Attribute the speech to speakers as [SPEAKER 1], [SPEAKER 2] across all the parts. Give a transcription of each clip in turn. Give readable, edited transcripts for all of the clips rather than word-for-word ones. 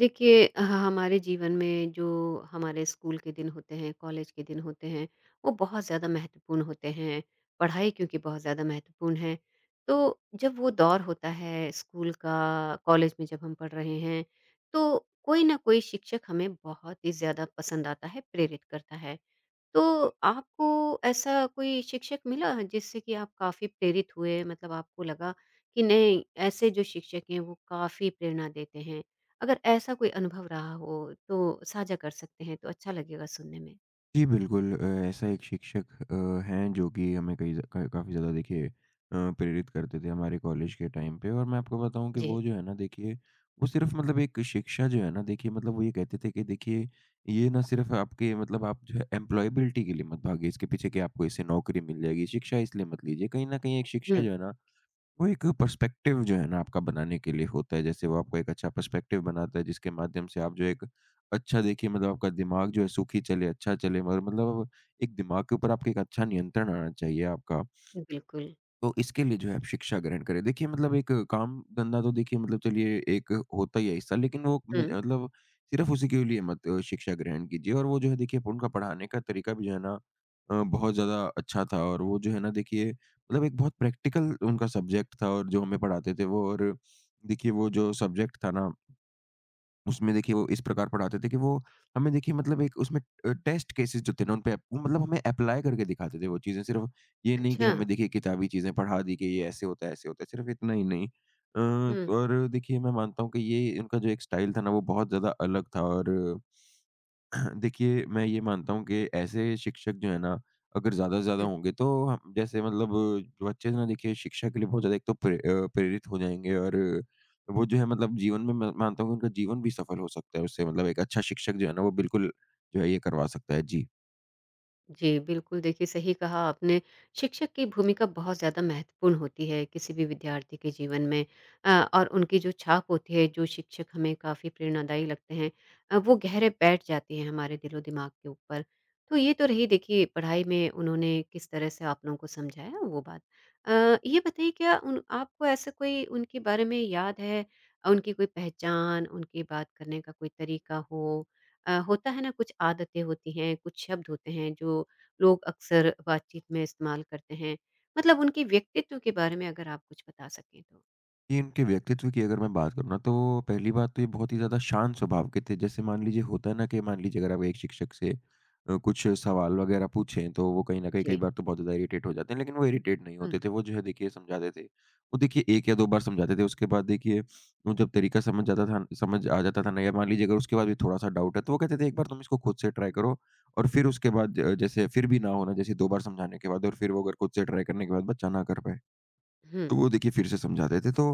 [SPEAKER 1] देखिए ह हमारे जीवन में जो हमारे स्कूल के दिन होते हैं, कॉलेज के दिन होते हैं, वो बहुत ज़्यादा महत्वपूर्ण होते हैं। पढ़ाई क्योंकि बहुत ज़्यादा महत्वपूर्ण है। तो जब वो दौर होता है स्कूल का, कॉलेज में जब हम पढ़ रहे हैं, तो कोई ना कोई शिक्षक हमें बहुत ही ज़्यादा पसंद आता है, प्रेरित करता है। तो आपको ऐसा कोई शिक्षक मिला जिससे कि आप काफ़ी प्रेरित हुए? मतलब आपको लगा कि नहीं, ऐसे जो शिक्षक हैं वो काफ़ी प्रेरणा देते हैं। अगर ऐसा कोई अनुभव रहा हो तो साझा कर सकते हैं, तो अच्छा लगेगा सुनने में।
[SPEAKER 2] जी, बिल्कुल, ऐसा एक शिक्षक हैं जो कि हमें कई ज़ क काफ़ी ज़्यादा देखिए, प्रेरित करते थे हमारे कॉलेज के टाइम पे। और मैं आपको बताऊँ कि
[SPEAKER 1] जी।
[SPEAKER 2] वो जो है ना, देखिए, वो सिर्फ़ मतलब एक शिक्षा जो है ना, देखिए, मतलब वो ये कहते थे कि देखिए, ये ना सिर्फ़ आपके मतलब आप जो है एम्प्लॉयबिलिटी के लिए मत भागिए इसके पीछे कि आपको इससे नौकरी मिल जाएगी, शिक्षा इसलिए मत लीजिए। कहीं न कहीं एक शिक्षा
[SPEAKER 1] हुँ,
[SPEAKER 2] जो है ना, वो एक पर्सपेक्टिव जो है ना आपका बनाने के लिए होता है। जैसे वो आपको एक अच्छा पर्सपेक्टिव बनाता है जिसके माध्यम से आप जो एक अच्छा देखिए, मतलब आपका दिमाग जो है सुखी चले, अच्छा चले, मगर मतलब एक दिमाग के ऊपर आपके एक अच्छा नियंत्रण आना चाहिए आपका।
[SPEAKER 1] बिल्कुल।
[SPEAKER 2] तो इसके लिए जो है आप शिक्षा ग्रहण करें। देखिए, मतलब एक काम-धंधा तो देखिए, मतलब चलिए एक होता ही है हिस्सा, लेकिन वो म
[SPEAKER 1] हुँ,
[SPEAKER 2] मतलब सिर्फ़ उसी के लिए मत शिक्षा ग्रहण कीजिए। और वो जो है देखिए, उनका पढ़ाने का तरीका भी जो है ना, बहुत ज़्यादा अच्छा था। और वो जो है ना देखिए, मतलब एक बहुत प्रैक्टिकल उनका सब्जेक्ट था और जो हमें पढ़ाते थे वो। और देखिए, वो जो सब्जेक्ट था ना, उसमें देखिए वो इस प्रकार पढ़ाते थे कि वो हमें देखिए, मतलब एक उसमें टेस्ट केसेस जो थे ना, उन पे वो मतलब हमें अप्लाई करके दिखाते थे वो चीज़ें। सिर्फ़ ये नहीं कि
[SPEAKER 1] अच्छा।
[SPEAKER 2] हमें देखिए किताबी चीज़ें पढ़ा दी कि ये ऐसे होता है, सिर्फ़ इतना ही नहीं।
[SPEAKER 1] हुँ।
[SPEAKER 2] और देखिए, मैं मानता हूँ कि ये इनका जो एक स्टाइल था ना, वो बहुत ज़्यादा अलग था। और देखिए, मैं ये मानता हूँ कि ऐसे शिक्षक जो है ना, अगर ज़्यादा से ज़्यादा होंगे तो हम जैसे मतलब जो बच्चे हैं ना, देखिए, शिक्षा के लिए बहुत ज़्यादा एक तो प्रेरित हो जाएँगे। और वो जो है मतलब जीवन में मैं मानता हूँ कि उनका जीवन भी सफल हो सकता है उससे, मतलब एक अच्छा शिक्षक जो है ना, वो बिल्कुल जो है ये करवा सकता है। जी।
[SPEAKER 1] जी, बिल्कुल देखिए सही कहा आपने। शिक्षक की भूमिका बहुत ज़्यादा महत्वपूर्ण होती है किसी भी विद्यार्थी के जीवन में और उनकी जो छाप होती है, जो शिक्षक हमें काफ़ी प्रेरणादायी लगते हैं वो गहरे बैठ जाते हैं हमारे दिलो-दिमाग के ऊपर। तो ये तो रही देखिए पढ़ाई में उन्होंने किस तरह से आप लोगों को समझाया वो बात। ये बताइए क्या उन आपको ऐसा कोई उनके बारे में याद है, उनकी कोई पहचान, उनकी बात करने का कोई तरीका हो? होता है ना कुछ आदतें होती हैं, कुछ शब्द होते हैं जो लोग अक्सर बातचीत में इस्तेमाल करते हैं। मतलब उनके व्यक्तित्व के बारे में अगर आप कुछ बता सकें तो?
[SPEAKER 2] ये इनके व्यक्तित्व की अगर मैं बात करूँ ना, तो पहली बात तो ये बहुत ही ज़्यादा शांत स्वभाव के थे। जैसे मान लीजिए होता है ना कि मान लीजिए अगर आप एक शिक्षक से कुछ सवाल वगैरह पूछें, तो वो कहीं न कहीं कई
[SPEAKER 1] जी।
[SPEAKER 2] बार तो बहुत ज़्यादा इरिटेट हो जाते हैं, लेकिन वो इरिटेट नहीं
[SPEAKER 1] हुँ।
[SPEAKER 2] होते थे। वो जो है देखिए समझाते थे। वो देखिए 1 या 2 बार समझाते थे, उसके बाद देखिए वो जब तरीका समझ जाता था, समझ आ जाता था ना। या मान लीजिए अगर उसके बाद भी थोड़ा-सा डाउट है, तो वो कहते थे, "एक बार तुम इसको खुद से ट्राई करो।" और फिर उसके बाद जैसे फिर भी ना हो ना, जैसे 2 बार समझाने के बाद और फिर वो अगर खुद से ट्राई करने के बाद बच्चा ना कर पाए।
[SPEAKER 1] हुँ।
[SPEAKER 2] तो वो देखिए फिर से समझाते थे। तो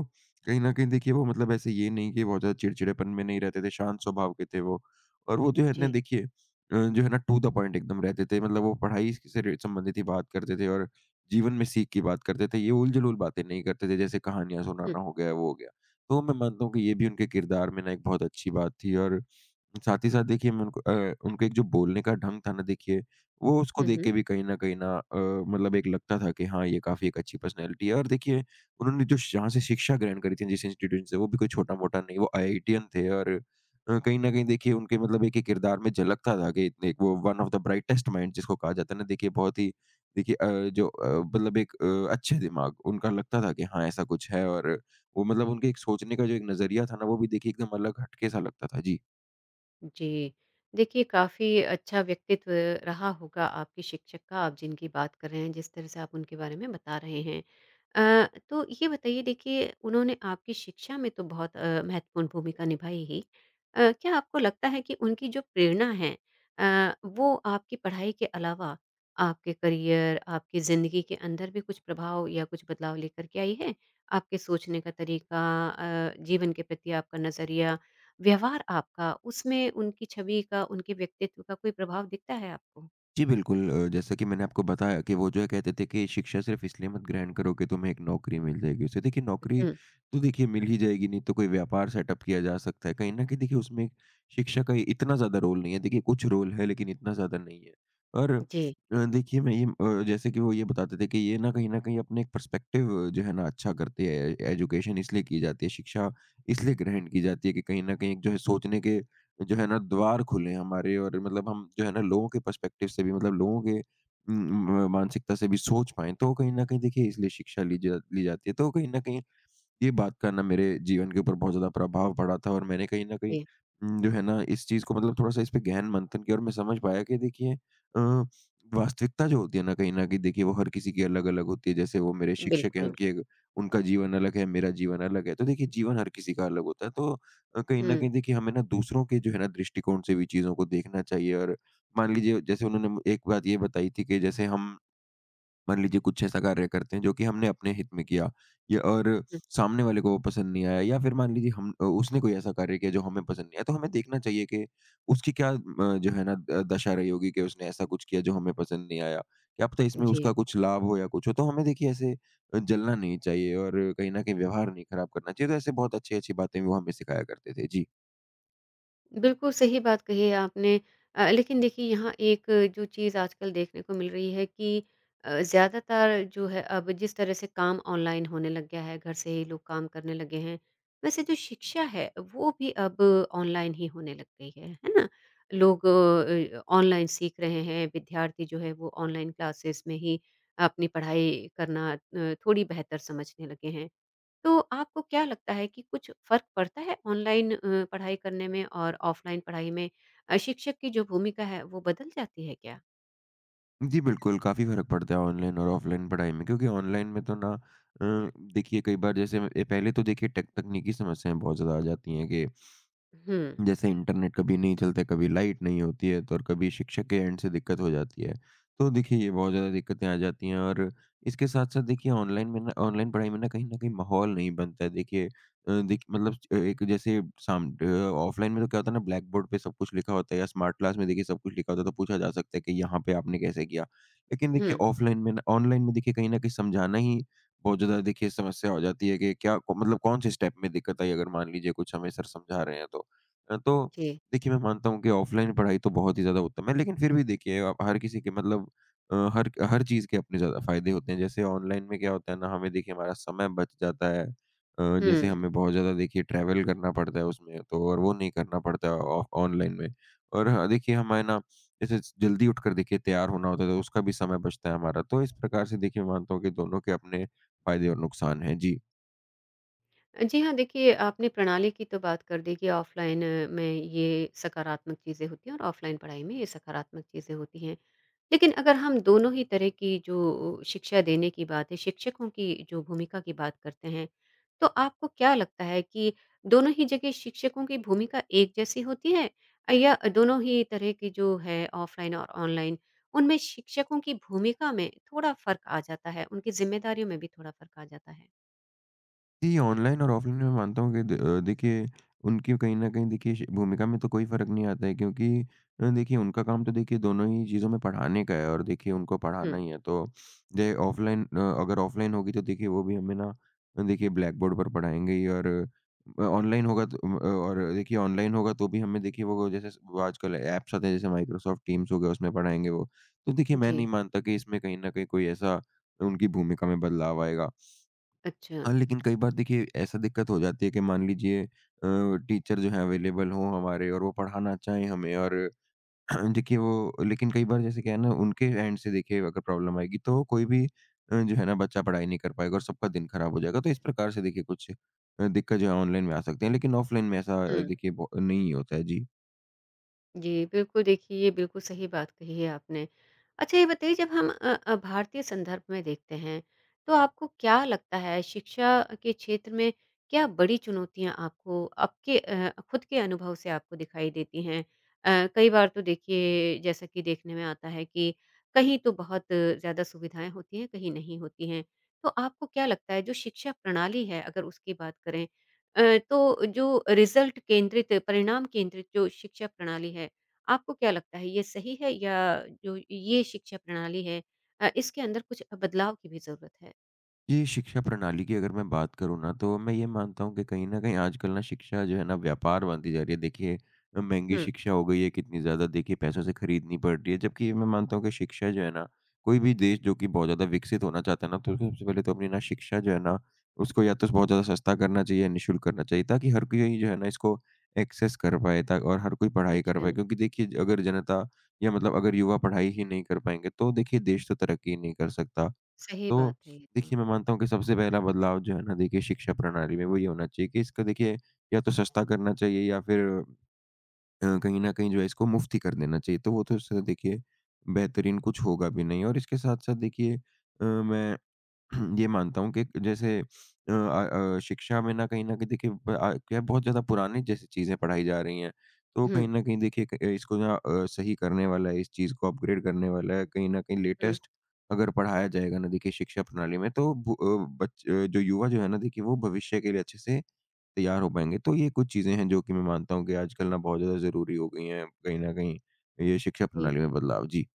[SPEAKER 2] कहीं न कहीं देखिए वो मतलब ऐसे, ये नहीं कि बहुत ज़्यादा चिड़चिड़ेपन में नहीं रहते थे, शांत स्वभाव के थे वो। और वो जो है ना,
[SPEAKER 1] जी।
[SPEAKER 2] देखिए, जो है ना टू द पॉइंट एकदम रहते थे, मतलब वो पढ़ाई से रि संबंधित ही बात करते थे और जीवन में सीख की बात करते थे। ये उलझुल-उल बातें नहीं करते थे, जैसे कहानियाँ
[SPEAKER 1] हुँ।
[SPEAKER 2] सुनाना हो गया, वो हो गया। तो मैं मानता हूँ कि ये भी उनके किरदार में ना एक बहुत अच्छी बात थी। और साथ ही साथ देखिए, मैं उनका एक जो बोलने का ढंग था ना देखिए, वो उसको
[SPEAKER 1] हुँ,
[SPEAKER 2] देख
[SPEAKER 1] हुँ।
[SPEAKER 2] के भी कहीं न कहीं ना मतलब एक लगता था कि हाँ, ये काफ़ी एक अच्छी पर्सनैलिटी है। और देखिए, उन्होंने जो जहाँ से शिक्षा ग्रहण करी थी जिस इंस्टीट्यूशन से, वो भी कोई छोटा-मोटा नहीं, वो आईआईटीयन थे। और कहीं न कहीं देखिए उनके मतलब एक-एक किरदार में झलकता था कि इतने वो one of the brightest mind जिसको कहा जाता है ना, देखिए, बहुत ही देखिए जो अ, मतलब एक अच्छे दिमाग उनका लगता था कि हाँ, ऐसा कुछ है। और वो मतलब उनके एक सोचने का जो एक नज़रिया था ना, वो भी देखिए एकदम अलग हटके सा लगता था। जी।
[SPEAKER 1] जी। देखिए, काफ़ी अच्छा व्यक्तित्व रहा होगा आपके शिक्षक का, आप जिनकी बात कर रहे हैं, जिस तरह से आप उनके बारे में बता रहे हैं। तो ये बताइए देखिए, उन्होंने आपकी शिक्षा में तो बहुत महत्वपूर्ण भूमिका निभाई ही। क्या आपको लगता है कि उनकी जो प्रेरणा है वो आपकी पढ़ाई के अलावा आपके करियर, आपकी ज़िंदगी के अंदर भी कुछ प्रभाव या कुछ बदलाव लेकर के आई है? आपके सोचने का तरीका जीवन के प्रति आपका नज़रिया व्यवहार आपका, उसमें उनकी छवि का, उनके व्यक्तित्व का कोई प्रभाव दिखता है आपको?
[SPEAKER 2] जी, बिल्कुल, जैसा कि मैंने आपको बताया कि वो जो है कहते थे कि शिक्षा सिर्फ़ इसलिए मत ग्रहण करो कि तुम्हें एक नौकरी मिल जाएगी उससे। देखिए, नौकरी
[SPEAKER 1] हुँ।
[SPEAKER 2] तो देखिए मिल ही जाएगी, नहीं तो कोई व्यापार सेटअप किया जा सकता है। कहीं न कहीं देखिए उसमें शिक्षा का इतना ज़्यादा रोल नहीं है। देखिए, कुछ रोल है, लेकिन इतना ज़्यादा नहीं है। और
[SPEAKER 1] जी,
[SPEAKER 2] देखिए, मैं ये जैसे कि वो ये बताते थे कि ये ना कहीं न कहीं अपने एक पर्सपेक्टिव जो है ना अच्छा करती है। एजुकेशन इसलिए की जाती है, शिक्षा इसलिए ग्रहण की जाती है कि कहीं न कहीं एक जो है सोचने के जो है ना द्वार खुले हमारे। और मतलब हम जो है ना लोगों के पर्सपेक्टिव से भी, मतलब लोगों के उम, म मानसिकता से भी सोच पाएँ। तो कहीं न कहीं देखिए इसलिए शिक्षा ली जाती है। तो कहीं न कहीं ये बात का ना मेरे जीवन के ऊपर बहुत ज़्यादा प्रभाव पड़ा था और मैंने कहीं न कहीं
[SPEAKER 1] जी।
[SPEAKER 2] जो है ना इस चीज़ को मतलब थोड़ा-सा इस पे गहन मंथन किया और मैं समझ पाया कि देखिए, अ, वास्तविकता जो होती है ना, कहीं न कहीं देखिए वो हर किसी की अलग-अलग होती है। जैसे वो मेरे शिक्षक हैं,
[SPEAKER 1] बिल्कुल।
[SPEAKER 2] उनकी एक उनका जीवन अलग है, मेरा जीवन अलग है। तो देखिए जीवन हर किसी का अलग होता है। तो कहीं न
[SPEAKER 1] हुँ,
[SPEAKER 2] कहीं देखिए हमें ना दूसरों के जो है ना दृष्टिकोण से भी चीज़ों को देखना चाहिए। और मान लीजिए, जैसे उन्होंने एक बात ये बताई थी कि जैसे हम मान लीजिए कुछ ऐसा कार्य करते हैं जो कि हमने अपने हित में किया या और
[SPEAKER 1] हुँ।
[SPEAKER 2] सामने वाले को वो पसंद नहीं आया, या फिर मान लीजिए हम उसने कोई ऐसा कार्य किया जो हमें पसंद नहीं आया, तो हमें देखना चाहिए कि उसकी क्या जो है ना दशा रही होगी कि उसने ऐसा कुछ किया जो हमें पसंद नहीं आया। क्या पता इसमें
[SPEAKER 1] जी।
[SPEAKER 2] उसका कुछ लाभ हो या कुछ हो, तो हमें देखिए ऐसे जलना नहीं चाहिए और कहीं ना कहीं व्यवहार नहीं खराब करना चाहिए। तो ऐसे बहुत अच्छी अच्छी बातें वो हमें सिखाया करते थे। जी।
[SPEAKER 1] बिल्कुल सही बात कही है आपने। लेकिन देखिए यहाँ एक जो चीज़ आजकल देखने को मिल रही है कि ज़्यादातर जो है अब जिस तरह से काम ऑनलाइन होने लग गया है घर से ही लोग काम करने लगे हैं, वैसे जो शिक्षा है वो भी अब ऑनलाइन ही होने लग गई है ना। लोग ऑनलाइन सीख रहे हैं, विद्यार्थी जो है वो ऑनलाइन क्लासेस में ही अपनी पढ़ाई करना थोड़ी बेहतर समझने लगे हैं। तो आपको क्या लगता है कि कुछ फ़र्क पड़ता है ऑनलाइन पढ़ाई करने में और ऑफ़लाइन पढ़ाई में? शिक्षक की जो भूमिका है वो बदल जाती है क्या?
[SPEAKER 2] जी, बिल्कुल, काफ़ी फ़र्क पड़ता है ऑनलाइन और ऑफ़लाइन पढ़ाई में, क्योंकि ऑनलाइन में तो ना, देखिए, कई बार जैसे पहले तो देखिए टेक तकनीकी समस्याएँ बहुत ज़्यादा आ जाती हैं कि
[SPEAKER 1] हुँ,
[SPEAKER 2] जैसे इंटरनेट कभी नहीं चलता, कभी लाइट नहीं होती है तो, और कभी शिक्षक के एंड से दिक्कत हो जाती है। तो देखिए ये बहुत ज़्यादा दिक्कतें आ जाती हैं। और इसके साथ-साथ देखिए ऑनलाइन में ना, ऑनलाइन पढ़ाई में ना, कहीं न कहीं माहौल नहीं बनता है। देखिए, देख मतलब एक जैसे ऑफलाइन में तो क्या होता है ना, ब्लैक बोर्ड पे सब कुछ लिखा होता है या स्मार्ट क्लास में देखिए सब कुछ लिखा होता है, तो पूछा जा सकता है कि यहाँ पे आपने कैसे किया? लेकिन देखिए
[SPEAKER 1] हुँ।
[SPEAKER 2] ऑफलाइन में ना, ऑनलाइन में देखिए कहीं न कहीं समझाना ही बहुत ज़्यादा देखिए समस्या हो जाती है कि क्या मतलब कौन से स्टेप में दिक्कत आई अगर मान लीजिए कुछ हमें सर समझा रहे हैं तो? अ, तो
[SPEAKER 1] जी,
[SPEAKER 2] देखिए, मैं मानता हूँ कि ऑफ़लाइन पढ़ाई तो बहुत ही ज़्यादा उत्तम है, लेकिन फिर भी देखिए आप हर किसी के हर हर चीज़ के अपने ज़्यादा फ़ायदे होते हैं। जैसे ऑनलाइन में क्या होता है ना, हमें देखिए हमारा समय बच जाता है। जैसे
[SPEAKER 1] हुँ।
[SPEAKER 2] हमें बहुत ज़्यादा देखिए ट्रैवल करना पड़ता है उसमें तो और वो नहीं करना पड़ता ऑ ऑनलाइन में। और हाँ, देखिए हमें ना जैसे जल्दी उठकर देखिए तैयार होना होता है, तो उसका भी समय बचता है हमारा। तो इस प्रकार से देखिए मैं मानता हूँ कि दोनों के अपने फ़ायदे और नुकसान हैं। जी।
[SPEAKER 1] जी हाँ, देखिए आपने प्रणाली की तो बात कर दी कि ऑफ़लाइन में ये सकारात्मक चीज़ें होती हैं और ऑफ़लाइन पढ़ाई में ये सकारात्मक चीज़ें होती हैं। लेकिन अगर हम दोनों ही तरह की जो शिक्षा देने की बात है, शिक्षकों की जो भूमिका की बात करते हैं, तो आपको क्या लगता है कि दोनों ही जगह शिक्षकों की भूमिका एक जैसी होती है? या दोनों ही तरह की जो है ऑफ़लाइन और ऑनलाइन, उनमें शिक्षकों की भूमिका में थोड़ा फ़र्क आ जाता है, उनकी ज़िम्मेदारियों में भी थोड़ा फ़र्क आ जाता है?
[SPEAKER 2] जी, ऑनलाइन और ऑफ़लाइन मैं मानता हूँ कि देखिए उनकी कहीं न कहीं देखिए श भूमिका में तो कोई फ़र्क नहीं आता है क्योंकि देखिए उनका काम तो देखिए दोनों ही चीज़ों में पढ़ाने का है और देखिए उनको पढ़ाना
[SPEAKER 1] हुँ,
[SPEAKER 2] ही है। तो अगर ऑफ़लाइन होगी तो देखिए वो भी हमें ना देखिए ब्लैक बोर्ड पर पढ़ाएँगे ही और ऑनलाइन होगा तो उम, अ, और देखिए ऑनलाइन होगा तो भी हमें देखिए वो जैसे स वो आजकल ऐप्स आते हैं जैसे माइक्रोसॉफ्ट टीम्स हो गया उसमें पढ़ाएँगे वो। तो देखिए मैं
[SPEAKER 1] जी।
[SPEAKER 2] नहीं मानता कि इसमें कहीं न कहीं कोई ऐसा उनकी भूमिका में बदलाव आएगा।
[SPEAKER 1] अच्छा।
[SPEAKER 2] हाँ, लेकिन कई बार देखिए ऐसा दिक्कत हो जाती है कि मान लीजिए टीचर जो है अवेलेबल हो हमारे और वो पढ़ाना चाहें हमें और देखिए वो लेकिन कई बार जैसे क्या है ना उनके एंड से देखिए अगर प्रॉब्लम आएगी तो कोई भी जो है ना बच्चा पढ़ाई नहीं कर पाएगा और सबका दिन खराब हो जाएगा। तो इस प्रकार से देखिए कुछ दिक्कत जो है ऑनलाइन में आ सकती है, लेकिन ऑफलाइन में ऐसा
[SPEAKER 1] हुँ।
[SPEAKER 2] देखिए बहु नहीं होता है। जी।
[SPEAKER 1] जी, बिल्कुल देखिए ये बिल्कुल सही बात कही है आपने। अच्छा ये बताइए, जब हम भारतीय संदर्भ में देखते हैं, तो आपको क्या लगता है शिक्षा के क्षेत्र में क्या बड़ी चुनौतियाँ आपको आपके खुद के अनुभव से आपको दिखाई देती हैं? कई बार तो देखिए जैसा कि देखने में आता है कि कहीं तो बहुत ज़्यादा सुविधाएँ होती हैं, कहीं नहीं होती हैं। तो आपको क्या लगता है जो शिक्षा प्रणाली है, अगर उसकी बात करें, अ, तो जो रिज़ल्ट केंद्रित, परिणाम केंद्रित जो शिक्षा प्रणाली है, आपको क्या लगता है ये सही है, या जो ये शिक्षा प्रणाली है इसके अंदर कुछ बदलाव की भी ज़रूरत है?
[SPEAKER 2] जी, शिक्षा प्रणाली की अगर मैं बात करूँ ना, तो मैं ये मानता हूँ कि कहीं न कहीं आजकल ना शिक्षा जो है ना व्यापार बनती जा रही है। देखिए महँगी
[SPEAKER 1] हुँ,
[SPEAKER 2] शिक्षा हो गई है, कितनी ज़्यादा देखिए पैसों से खरीदनी पड़ रही है। जबकि मैं मानता हूँ कि शिक्षा जो है ना, कोई भी देश जो कि बहुत ज़्यादा विकसित होना चाहता है ना, तो उसको सबसे पहले तो अपनी ना शिक्षा जो है ना, उसको या तो स बहुत ज़्यादा सस्ता करना चाहिए या निःशुल्क करना चाहिए, ताकि हर कोई जो है ना इसको एक्सेस कर पाए ता और हर कोई पढ़ाई कर
[SPEAKER 1] अच्छा,
[SPEAKER 2] पाए। क्योंकि देखिए अगर जनता या मतलब अगर युवा पढ़ाई ही नहीं कर पाएँगे, तो देखिए देश तो तरक्की नहीं कर सकता।
[SPEAKER 1] सही
[SPEAKER 2] तो
[SPEAKER 1] बात है ये तो।
[SPEAKER 2] देखिए, मैं मानता हूँ कि सबसे पहला बदलाव जो है ना देखिए शिक्षा प्रणाली में वो ये होना चाहिए कि इसका देखिए या तो सस्ता करना चाहिए या फिर कहीं न कहीं जो है इसको मुफ़्त ही कर देना चाहिए। तो वो तो उससे देखिए बेहतरीन कुछ होगा भी नहीं और इसके साथ-साथ देखिए मैं ये मानता हूँ कि जैसे शिक्षा में ना कहीं न कहीं देखिए क्या है बहुत ज़्यादा पुरानी जैसे चीज़ें पढ़ाई जा रही हैं। तो कहीं
[SPEAKER 1] हुँ,
[SPEAKER 2] न कहीं देखिए क इसको सही करने वाला है, इस चीज़ को अपग्रेड करने वाला है, कहीं न कहीं
[SPEAKER 1] हुँ,
[SPEAKER 2] लेटेस्ट अगर पढ़ाया जाएगा ना देखिए शिक्षा प्रणाली में तो भु अ, बच अ, जो युवा जो है ना देखिए वो भविष्य के लिए अच्छे से तैयार हो पाएँगे। तो ये कुछ चीज़ें हैं जो कि मैं मानता हूँ कि आजकल ना बहुत ज़्यादा ज़रूरी हो गई हैं, कहीं न कहीं ये शिक्षा
[SPEAKER 1] जी।
[SPEAKER 2] प्रणाली में बदलाव। जी।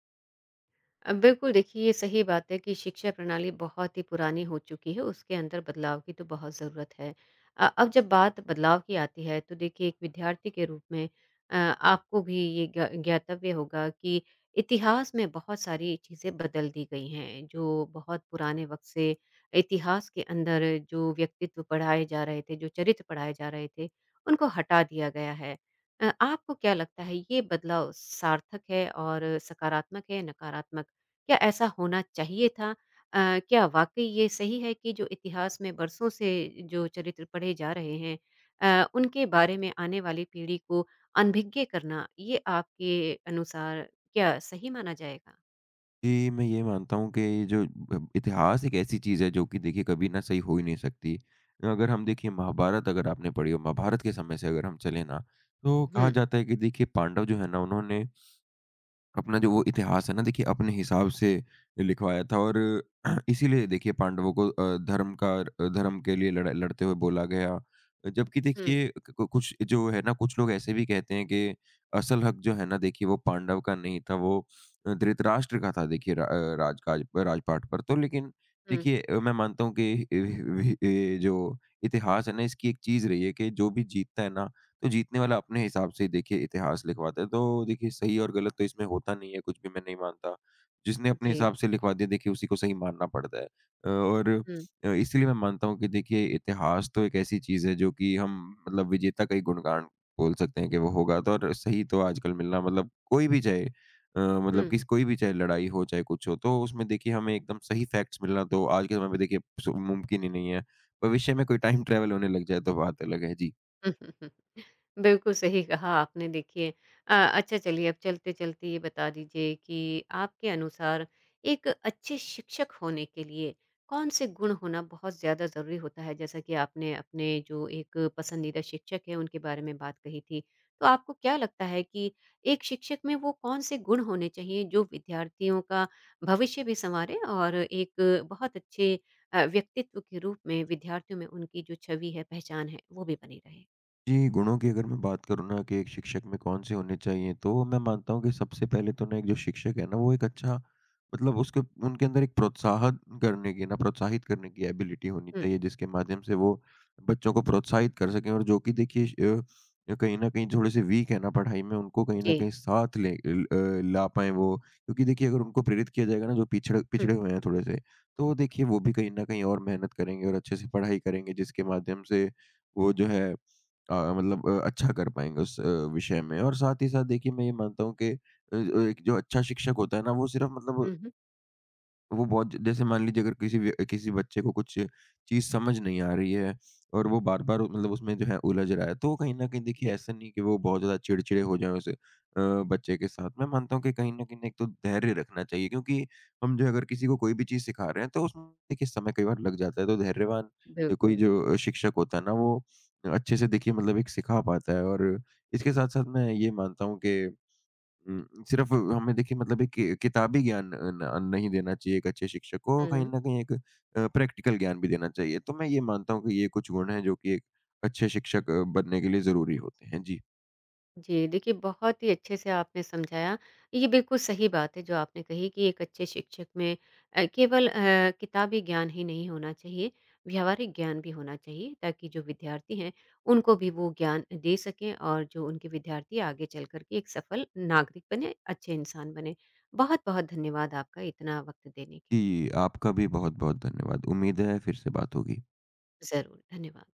[SPEAKER 1] बिल्कुल देखिए, ये सही बात है कि शिक्षा प्रणाली बहुत ही पुरानी हो चुकी है, उसके अंदर बदलाव की तो बहुत ज़रूरत है। अब जब बात बदलाव की आती है तो देखिए, एक विद्यार्थी के रूप में आपको भी ये ज्ञातव्य होगा कि इतिहास में बहुत सारी चीज़ें बदल दी गई हैं। जो बहुत पुराने वक्त से इतिहास के अंदर जो व्यक्तित्व पढ़ाए जा रहे थे, जो चरित्र पढ़ाए जा रहे थे, उनको हटा दिया गया है। आपको क्या लगता है ये बदलाव सार्थक है और सकारात्मक है, नकारात्मक, क्या ऐसा होना चाहिए था? क्या वाक़ई ये सही है कि जो इतिहास में बरसों से जो चरित्र पढ़े जा रहे हैं उनके बारे में आने वाली पीढ़ी को अनभिज्ञ करना, ये आपके अनुसार क्या सही माना जाएगा?
[SPEAKER 2] जी, मैं ये मानता हूँ कि ये जो ब इतिहास एक ऐसी चीज़ है जो कि देखिए कभी ना सही हो ही नहीं सकती। अगर हम देखिए महाभारत अगर आपने पढ़ी हो, महाभारत के समय से अगर हम चलें ना, तो कहा
[SPEAKER 1] हुँ,
[SPEAKER 2] जाता है कि देखिए पांडव जो है ना उन्होंने अपना जो वो इतिहास है ना देखिए अपने हिसाब से लिखवाया था और इसीलिए देखिए पांडवों को धर्म के लिए लड़ा लड़ते हुए बोला गया। जबकि
[SPEAKER 1] हुँ,
[SPEAKER 2] देखिए क क कुछ जो है ना कुछ लोग ऐसे भी कहते हैं कि असल हक जो है ना देखिए वो पांडव का नहीं था वो धृतराष्ट्र का था देखिए राजकाज राजपाट पर। तो लेकिन
[SPEAKER 1] हुँ,
[SPEAKER 2] देखिए मैं मानता हूँ कि जो इतिहास है ना इसकी एक चीज़ रही है कि जो भी जीतता है ना तो जीतने वाला अपने हिसाब से देखिए इतिहास लिखवाता है। तो देखिए सही और गलत तो इसमें होता नहीं है, कुछ भी मैं नहीं मानता। जिसने अपने
[SPEAKER 1] जी,
[SPEAKER 2] हिसाब से लिखवा दिया देखिए उसी को सही मानना पड़ता है। अ, और
[SPEAKER 1] हुँ,
[SPEAKER 2] अ, इसीलिए मैं मानता हूँ कि देखिए इतिहास तो एक ऐसी चीज़ है जो कि हम मतलब विजेता का ही गुणगान बोल सकते हैं कि वो होगा तो और सही तो आजकल मिलना मतलब कोई भी चाहे अ, मतलब
[SPEAKER 1] हुँ।
[SPEAKER 2] किस कोई भी चाहे लड़ाई हो, चाहे कुछ हो, तो उसमें देखिए हमें एकदम सही फैक्ट्स मिलना तो आज के समय में देखिए सु मुमकिन ही नहीं है। भविष्य में कोई टाइम ट्रैवल होने लग जाए तो बात अलग है। जी।
[SPEAKER 1] बिल्कुल सही कहा आपने देखिए। अच्छा चलिए, अब चलते-चलते ये बता दीजिए कि आपके अनुसार एक अच्छे शिक्षक होने के लिए कौन-से गुण होना बहुत ज़्यादा ज़रूरी होता है? जैसा कि आपने अपने जो एक पसंदीदा शिक्षक हैं उनके बारे में बात कही थी। तो आपको क्या लगता है कि एक शिक्षक में वो कौन-से गुण होने चाहिए जो विद्यार्थियों का भविष्य भी सँवारे, और एक बहुत अच्छे व्यक्तित्व के रूप में विद्यार्थियों में उनकी जो छवि है, पहचान है, वो भी बनी रहे?
[SPEAKER 2] जी, गुणों की अगर मैं बात करूँ ना कि एक शिक्षक में कौन-से होने चाहिए, तो मैं मानता हूँ कि सबसे पहले तो ना एक जो शिक्षक है ना, वो एक अच्छा मतलब उसके उनके अंदर एक प्रोत्साहन करने की ना प्रोत्साहित करने की एबिलिटी होनी
[SPEAKER 1] हुँ,
[SPEAKER 2] चाहिए, जिसके माध्यम से वो बच्चों को प्रोत्साहित कर सकें और जो कि देखिए कहीं न कहीं थोड़े-से वीक है ना पढ़ाई में, उनको कहीं
[SPEAKER 1] जी।
[SPEAKER 2] न कहीं साथ ला पाएँ वो। क्योंकि देखिए अगर उनको प्रेरित किया जाएगा ना, जो पिछड़े
[SPEAKER 1] हुँ।
[SPEAKER 2] पिछड़े हुए हैं थोड़े-से, तो देखिए वो भी कहीं न कहीं और मेहनत करेंगे और अच्छे से पढ़ाई करेंगे, जिसके माध्यम से वो जो है मतलब अच्छा कर पाएँगे उस विषय में और साथ ही साथ देखिए मैं ये मानता हूँ कि अ, एक जो अच्छा शिक्षक होता है ना, वो सिर्फ़ मतलब
[SPEAKER 1] हुँ, हुँ।
[SPEAKER 2] तो वो बहुत ज जैसे मान लीजिए अगर किसी बच्चे को कुछ चीज़ समझ नहीं आ रही है और वो बार-बार मतलब उसमें जो है उलझ रहा है, तो कहीं न कहीं
[SPEAKER 1] जी,
[SPEAKER 2] देखिए ऐसा नहीं है कि वो बहुत ज़्यादा चिड़चिड़े हो जाएँ उस बच्चे के साथ। मैं मानता हूँ कि कहीं न कहीं एक तो धैर्य रखना चाहिए क्योंकि हम जो है अगर किसी को कोई भी चीज़ सिखा रहे हैं तो उसमें देखिए समय कई बार लग जाता है। तो धैर्यवान कोई
[SPEAKER 1] बिल्कुल।
[SPEAKER 2] जो शिक्षक होता है ना वो अच्छे से देखिए मतलब एक सिखा पाता है और इसके साथ-साथ मैं ये मानता हूँ कि सिर्फ़ हमें देखिए मतलब एक कि किताबी ज्ञान अ, न अ, नहीं देना चाहिए एक अच्छे शिक्षक को, कहीं
[SPEAKER 1] हुँ।
[SPEAKER 2] न कहीं एक प्रैक्टिकल ज्ञान भी देना चाहिए। तो मैं ये मानता हूँ कि ये कुछ गुण हैं जो कि एक अच्छे शिक्षक बनने के लिए ज़रूरी होते हैं। जी।
[SPEAKER 1] जी, देखिए बहुत ही अच्छे से आपने समझाया। ये बिल्कुल सही बात है जो आपने कही कि एक अच्छे शिक्षक में केवल किताबी ज्ञान ही नहीं होना चाहिए, व्यावहारिक ज्ञान भी होना चाहिए, ताकि जो विद्यार्थी हैं, उनको भी वो ज्ञान दे सकें, और जो उनके विद्यार्थी आगे चल कर के एक सफल नागरिक बने, अच्छे इंसान बने। बहुत-बहुत धन्यवाद आपका, इतना वक़्त देने के लिए।
[SPEAKER 2] जी, आपका भी बहुत-बहुत धन्यवाद। उम्मीद है फिर से बात होगी।
[SPEAKER 1] ज़रूर, धन्यवाद।